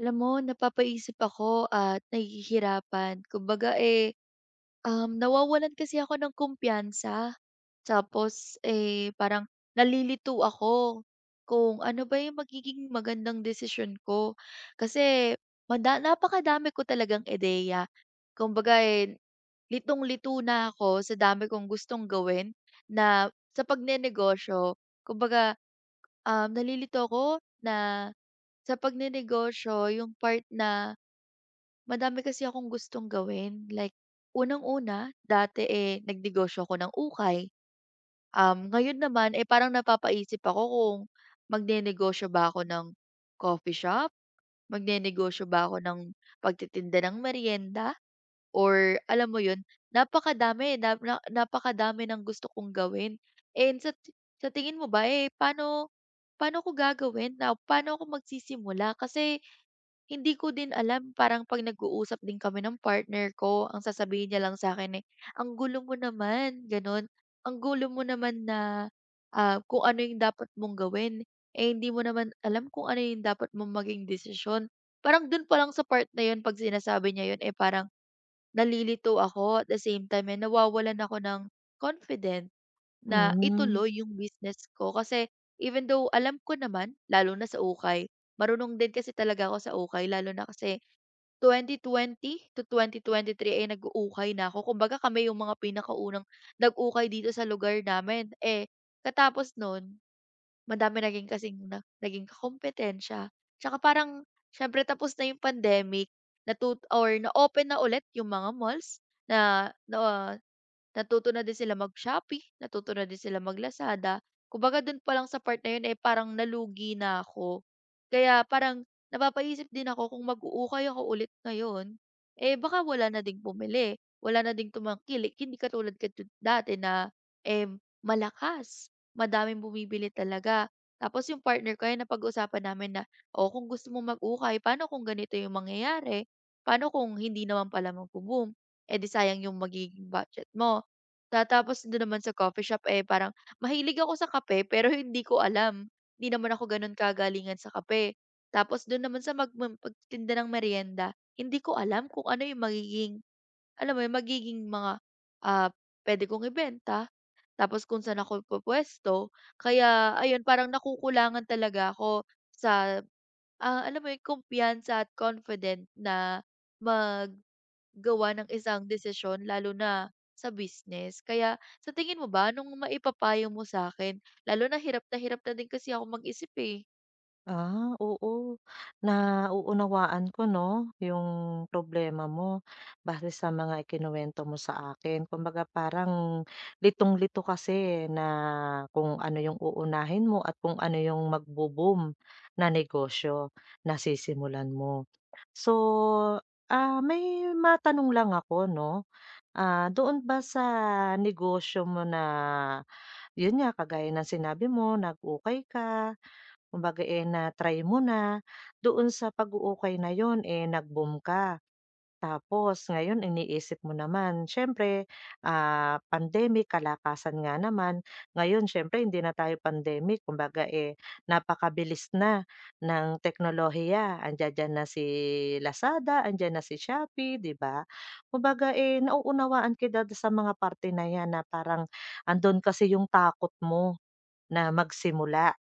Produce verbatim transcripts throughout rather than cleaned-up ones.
Alam mo, napapaisip ako at nahihirapan. Kumbaga, eh, um, nawawalan kasi ako ng kumpiyansa. Tapos, eh, parang nalilito ako kung ano ba yung magiging magandang desisyon ko. Kasi mada napakadami ko talagang ideya. Kumbaga, eh, litong-lito na ako sa dami kong gustong gawin na sa pagnenegosyo. Kumbaga, um, nalilito ako na sa pagnenegosyo, yung part na madami kasi akong gustong gawin. Like unang-una, dati, eh, nagnegosyo ako ng ukay. Um, ngayon naman, eh, parang napapaisip ako kung magnenegosyo ba ako ng coffee shop. Magnenegosyo ba ako ng pagtitinda ng meryenda, or alam mo yun, napakadami na na napakadami ng gusto kong gawin. And sa ti sa tingin mo ba, eh, paano, paano ko gagawin, na paano ako magsisimula? Kasi hindi ko din alam. Parang 'pag nag-uusap din kami ng partner ko, ang sasabihin niya lang sa akin, eh, "Ang gulo mo naman," gano'n. "Ang gulo mo naman na, ah, kung ano yung dapat mong gawin, eh, hindi mo naman alam kung ano yung dapat mong maging desisyon." Parang dun pa lang sa part na 'yon, 'pag sinasabi niya 'yon, eh, parang nalilito ako at the same time, eh, nawawalan ako ng confident. Na Hmm, ituloy yung business ko kasi even though alam ko naman, lalo na sa ukay, marunong din kasi talaga ako sa ukay. Lalo na kasi twenty twenty to twenty twenty-three ay nag-ukay na ako. Kumbaga kami yung mga pinakaunang nag-ukay dito sa lugar namin. Eh, katapos nun, madami naging kasing na naging kompetensya. Tsaka parang syempre tapos na yung pandemic, natut or na-open na ulit yung mga malls na na Natuto na din sila mag-Shopee, natuto na din sila mag-Lazada. Kumbaga dun pa lang sa part na yun, eh, parang nalugi na ako. Kaya parang napapaisip din ako kung mag-uukay ako ulit ngayon, eh, baka wala na ding bumili, wala na ding tumangkilik. Hindi katulad katu dati na, eh, malakas, madaming bumibili talaga. Tapos yung partner ko, ayan, napag-usapan namin na, "Oh, kung gusto mong mag-ukay, paano kung ganito yung mangyayari? Paano kung hindi naman pala magbo-boom? Eh, di sayang yung magiging budget mo." Tatapos do'n naman sa coffee shop, eh, parang mahilig ako sa kape pero hindi ko alam. Hindi naman ako gano'n kagalingan sa kape. Tapos do'n naman sa magmam pagtitinda ng meryenda, hindi ko alam kung ano 'yung magiging, alam mo 'yun, magiging mga, ah, puwede kong ibenta, tapos kung saan ako pupuwesto. Kaya ayun, parang nakukulangan talaga ako sa, ah, alam mo yun, kumpiyansa at confident na maggawa ng isang desisyon, lalo na sa business. Kaya sa tingin mo ba, nung maipapayo mo sa akin? Lalo na hirap na hirap na din kasi ako mag-isip, eh. Ah, oo. Nauunawaan ko 'no, yung problema mo base sa mga ikinuwento mo sa akin. Kumbaga parang litong-lito kasi na kung ano yung uunahin mo at kung ano yung magbo-boom na negosyo na sisimulan mo. So, ah, may matanong lang ako 'no, ah, doon ba sa negosyo mo na yun nga, kagaya ng sinabi mo nag-ukay ka. Kumbaga, eh, na-try mo na, doon sa pag-uukay na yun, eh, nag-boom ka. Tapos ngayon iniisip mo naman, siyempre, ah, pandemic, kalakasan nga naman. Ngayon siyempre hindi na tayo pandemic, kumbaga, eh, napakabilis na ng teknolohiya. Andiya-diyan na si Lazada, andiyan na si Shopee, 'di ba? Kumbaga, eh, nauunawaan kita sa mga parte na 'yan na parang andon kasi yung takot mo na magsimula,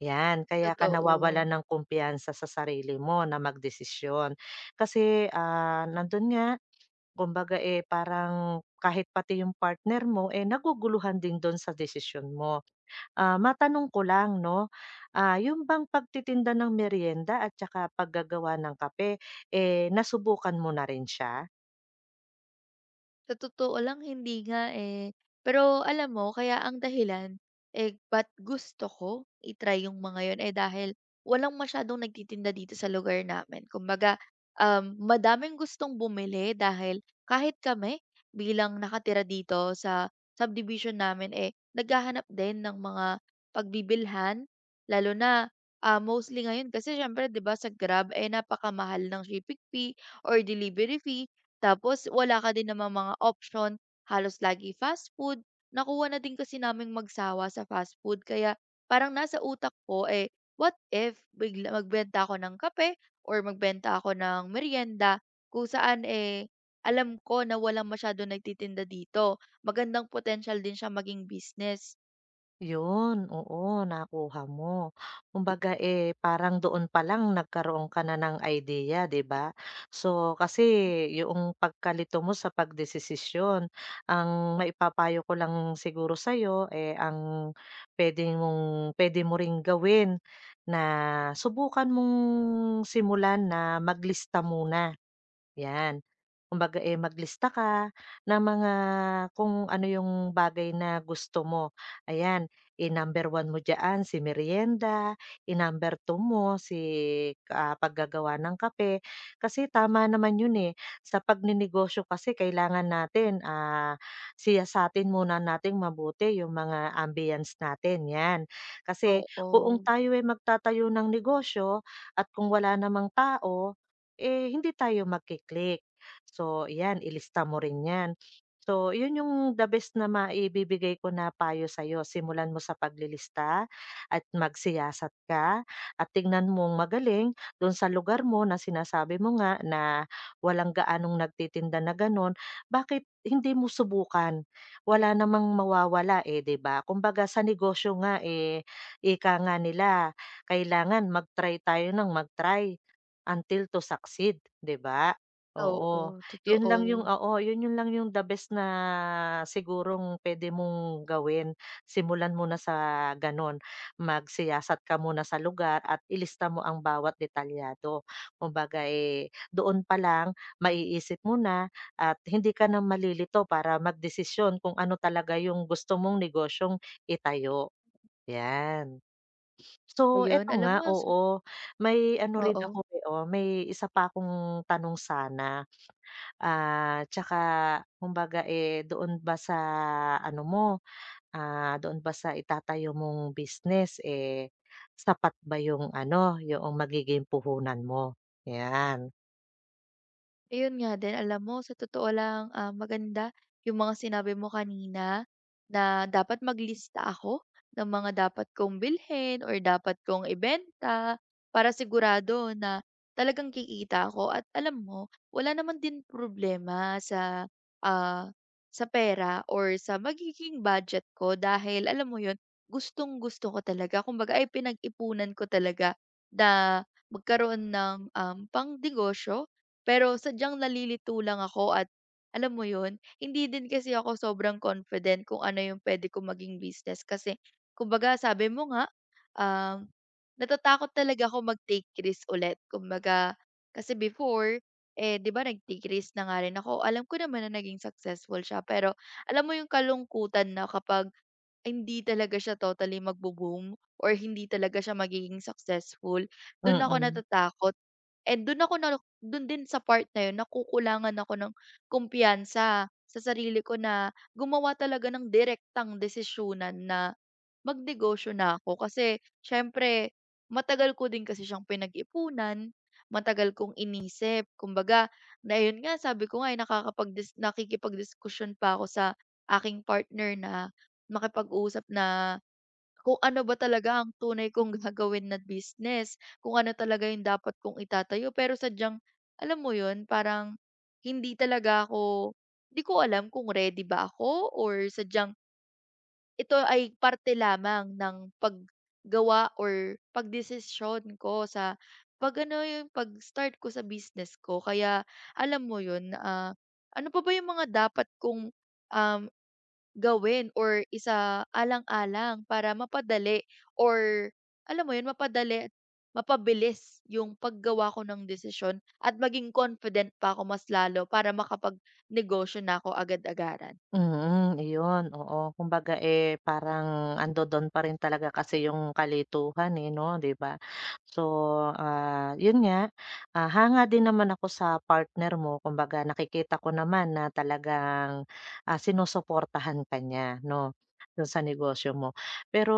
'yan. Kaya ka Totoo. nawawalan ng kumpiyansa sa sarili mo na magdesisyon. Kasi, ah, nando'n nga, kumbaga, eh, parang kahit pati yung partner mo, eh, naguguluhan din do'n sa desisyon mo. Ah, matanong ko lang 'no, ah, yun bang pagtitinda ng merienda at saka paggagawa ng kape, eh, nasubukan mo na rin siya? Sa totoo lang, hindi nga, eh. Pero alam mo kaya ang dahilan, eh, ba't gusto ko i yung mga yun, eh, dahil walang masyadong nagtitinda dito sa lugar namin. Kumbaga, um, madaming gustong bumili dahil kahit kami, bilang nakatira dito sa subdivision namin, eh, naghahanap din ng mga pagbibilhan. Lalo na, ah, mostly ngayon kasi siyempre, 'di ba, sa Grab, eh, napakamahal ng shipping fee or delivery fee. Tapos wala ka din namang mga option, halos lagi fast food. Nakuha na din kasi naming magsawa sa fast food, kaya parang nasa utak ko, eh, what if bigla magbenta ako ng kape or magbenta ako ng merienda kung saan, eh, alam ko na walang masyado nagtitinda dito. Magandang potential din siya maging business. Yun, oo, nakuha mo. Kumbaga, eh, parang doon pa lang nagkaroon ka na ng idea, 'di ba? So, kasi yung pagkalito mo sa pagdesisisyon, ang maipapayo ko lang siguro sa'yo, eh, ang pwede mong pwede mo ring gawin na subukan mong simulan na maglista muna. 'Yan. Kumbaga, eh, maglista ka ng mga kung ano yung bagay na gusto mo. Ayan, i-number one mo diyaan si Merienda, i-number dalawa mo si, ah, paggagawa ng kape. Kasi tama naman yun, eh. Sa pagnenegosyo kasi kailangan natin, ah, siyasatin muna nating mabuti yung mga ambience natin, 'yan. Kasi kung Oo, tayo ay magtatayo ng negosyo at kung wala namang tao, eh, hindi tayo magki. So, yan ilista mo rin yan. So, yun yung the best na maibibigay ko na payo sa'yo. Simulan mo sa paglilista at magsiyasat ka at tingnan mong magaling dun sa lugar mo na sinasabi mo nga na walang gaanong nagtitinda na ganun, bakit hindi mo subukan? Wala namang mawawala, eh, 'di ba? Kumbaga sa negosyo nga, eh, ika nga nila, kailangan mag-try tayo ng mag-try. Until to succeed, 'di ba? oo, Oo, yun totoo. lang yung oo, yun yun lang yung the best na sigurong puwede mong gawin. Simulan mo na sa gano'n, magsiyasat ka muna sa lugar at ilista mo ang bawat detalyado. Kumbaga, eh, doon pa lang maiisip mo na at hindi ka na malilito para magdesisyon kung ano talaga yung gusto mong negosyong itayo, 'yan. So, Ayun, eto alam nga, mo, so oo, may ano rin oo. ako, eh, oh, may isa pa akong tanong sana, ah, tsaka kumbaga, eh, doon ba sa ano mo, ah, doon ba sa itatayo mong business, eh, sapat ba yung ano, yung magiging puhunan mo? 'Yan. Ayun nga din, alam mo, sa totoo lang, ah, maganda yung mga sinabi mo kanina na dapat maglista ako ng mga dapat kong bilhin or dapat kong ibenta, para sigurado na talagang kikita ako. At alam mo, wala naman din problema sa, ah, sa pera or sa magiging budget ko, dahil alam mo yun, gustong-gusto ko talaga, kumbaga, ay pinag-ipunan ko talaga na magkaroon ng, um, pangnegosyo, pero sadyang nalilito lang ako. At alam mo 'yun, hindi din kasi ako sobrang confident kung ano yung puwede kong maging business. Kasi kumbaga, sabi mo nga, um, natatakot talaga ako mag-take risk ulit. Kumbaga kasi before, eh, 'di ba, nag-take risk na nga rin ako. Alam ko naman na naging successful siya, pero alam mo yung kalungkutan na kapag hindi talaga siya totally magbo-boom or hindi talaga siya magiging successful, dun ako mm. natatakot. And dun ako na dun din sa part na yun, nakukulangan ako ng kumpiyansa sa sarili ko na gumawa talaga ng direktang desisyonan na magnegosyo na ako. Kasi siyempre matagal ko din kasi siyang pinag-ipunan, matagal kong inisip. Kumbaga na yun nga, sabi ko nga, eh, nakakapag dis nakikipagdiskusyon pa ako sa aking partner, na makipag-usap na kung ano ba talaga ang tunay kong gagawin na business, kung ano talaga yung dapat kong itatayo. Pero sadyang, alam mo yun, parang hindi talaga ako, hindi ko alam kung ready ba ako or sadyang ito ay parte lamang ng paggawa or pagdesisyon ko sa pag-ano, yung pag-start ko sa business ko. Kaya alam mo yun, ah, ano pa ba yung mga dapat kong, um, gawin or isa alang alang para mapadali or alam mo yun, mapadali at mapabilis yung paggawa ko ng desisyon at maging confident pa ako mas lalo para makapag-negosyo na ako agad-agaran. Mhm, iyon, oo. Kumbaga, eh, parang andodo'n pa rin talaga kasi yung kalituhan, eh, 'no, 'di ba? So, ah, yun nga, ah, hanga din naman ako sa partner mo. Kumbaga, nakikita ko naman na talagang, ah, sinusuportahan ka niya 'no, dun sa negosyo mo. Pero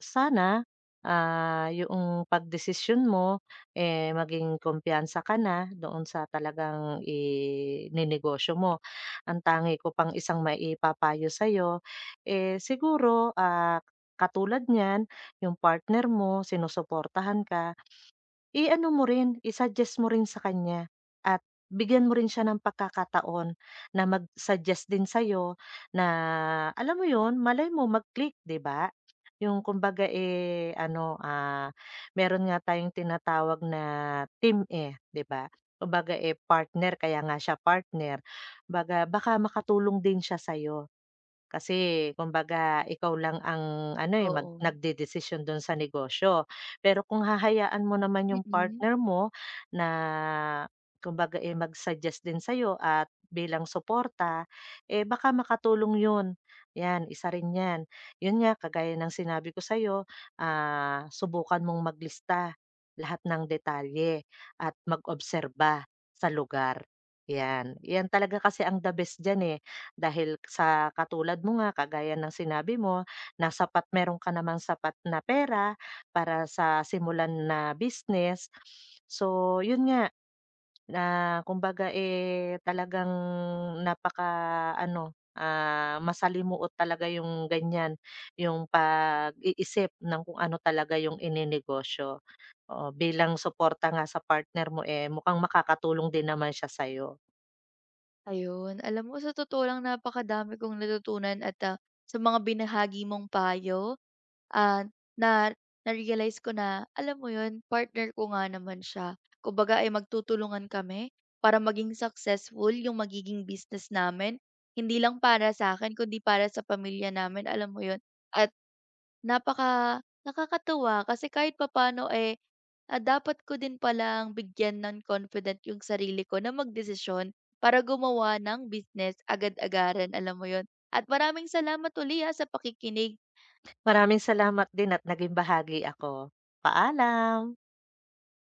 sana, ah, yoong pagdesisyon mo, eh, maging kumpiyansa ka na doon sa talagang ininegosyo mo ang tangi ko pang isang maipapayo sa'yo, eh, siguro, ah, katulad niyan, yung partner mo, sinusuportahan ka, I-ano mo rin, i-suggest mo rin sa kanya at bigyan mo rin siya ng pagkakataon na mag-suggest din sa'yo na alam mo yun, malay mo mag-click, 'di ba? Yung kumbaga, eh, ano, ah, meron nga tayong tinatawag na team, eh, 'di ba? Kumbaga, eh, partner kaya nga siya partner. Baga baka makatulong din siya sa'yo. Kasi kumbaga ikaw lang ang ano, eh, mag Oo. nagdedesisyon dun sa negosyo. Pero kung hahayaan mo naman yung Mm. partner mo na kumbaga, eh, mag-suggest din sa'yo at bilang suporta, eh, baka makatulong yun. 'Yan, isa rin 'yan. Yun nga, kagaya ng sinabi ko sa ah, subukan mong maglista lahat ng detalye at mag-obserba sa lugar, 'yan. 'Yan talaga kasi ang the best diyan, eh. Dahil sa katulad mo nga, kagaya ng sinabi mo, na sapat meron ka namang sapat na pera para sa simulan na business. So, yun nga, na kumbaga, eh, talagang napaka-ano, ah, masalimuot talaga yung ganyan, yung pag-iisip ng kung ano talaga yung ininegosyo. Oo, bilang suporta nga sa partner mo, eh, mukhang makakatulong din naman siya sa'yo. Ayun, alam mo, sa totoo lang napakadami kong natutunan at, ah, sa mga binahagi mong payo, ah, na na-realize ko na, alam mo yun, partner ko nga naman siya. Kumbaga ay magtutulungan kami para maging successful yung magiging business namin. Hindi lang para sa akin kundi para sa pamilya namin, alam mo yun? At napaka nakakatuwa kasi kahit papaano, eh, ah, dapat ko din palang bigyan ng confident yung sarili ko na magdesisyon para gumawa ng business agad-agaran, alam mo yon. At maraming salamat uli, ah, sa pakikinig. Maraming salamat din at naging bahagi ako. Paalam.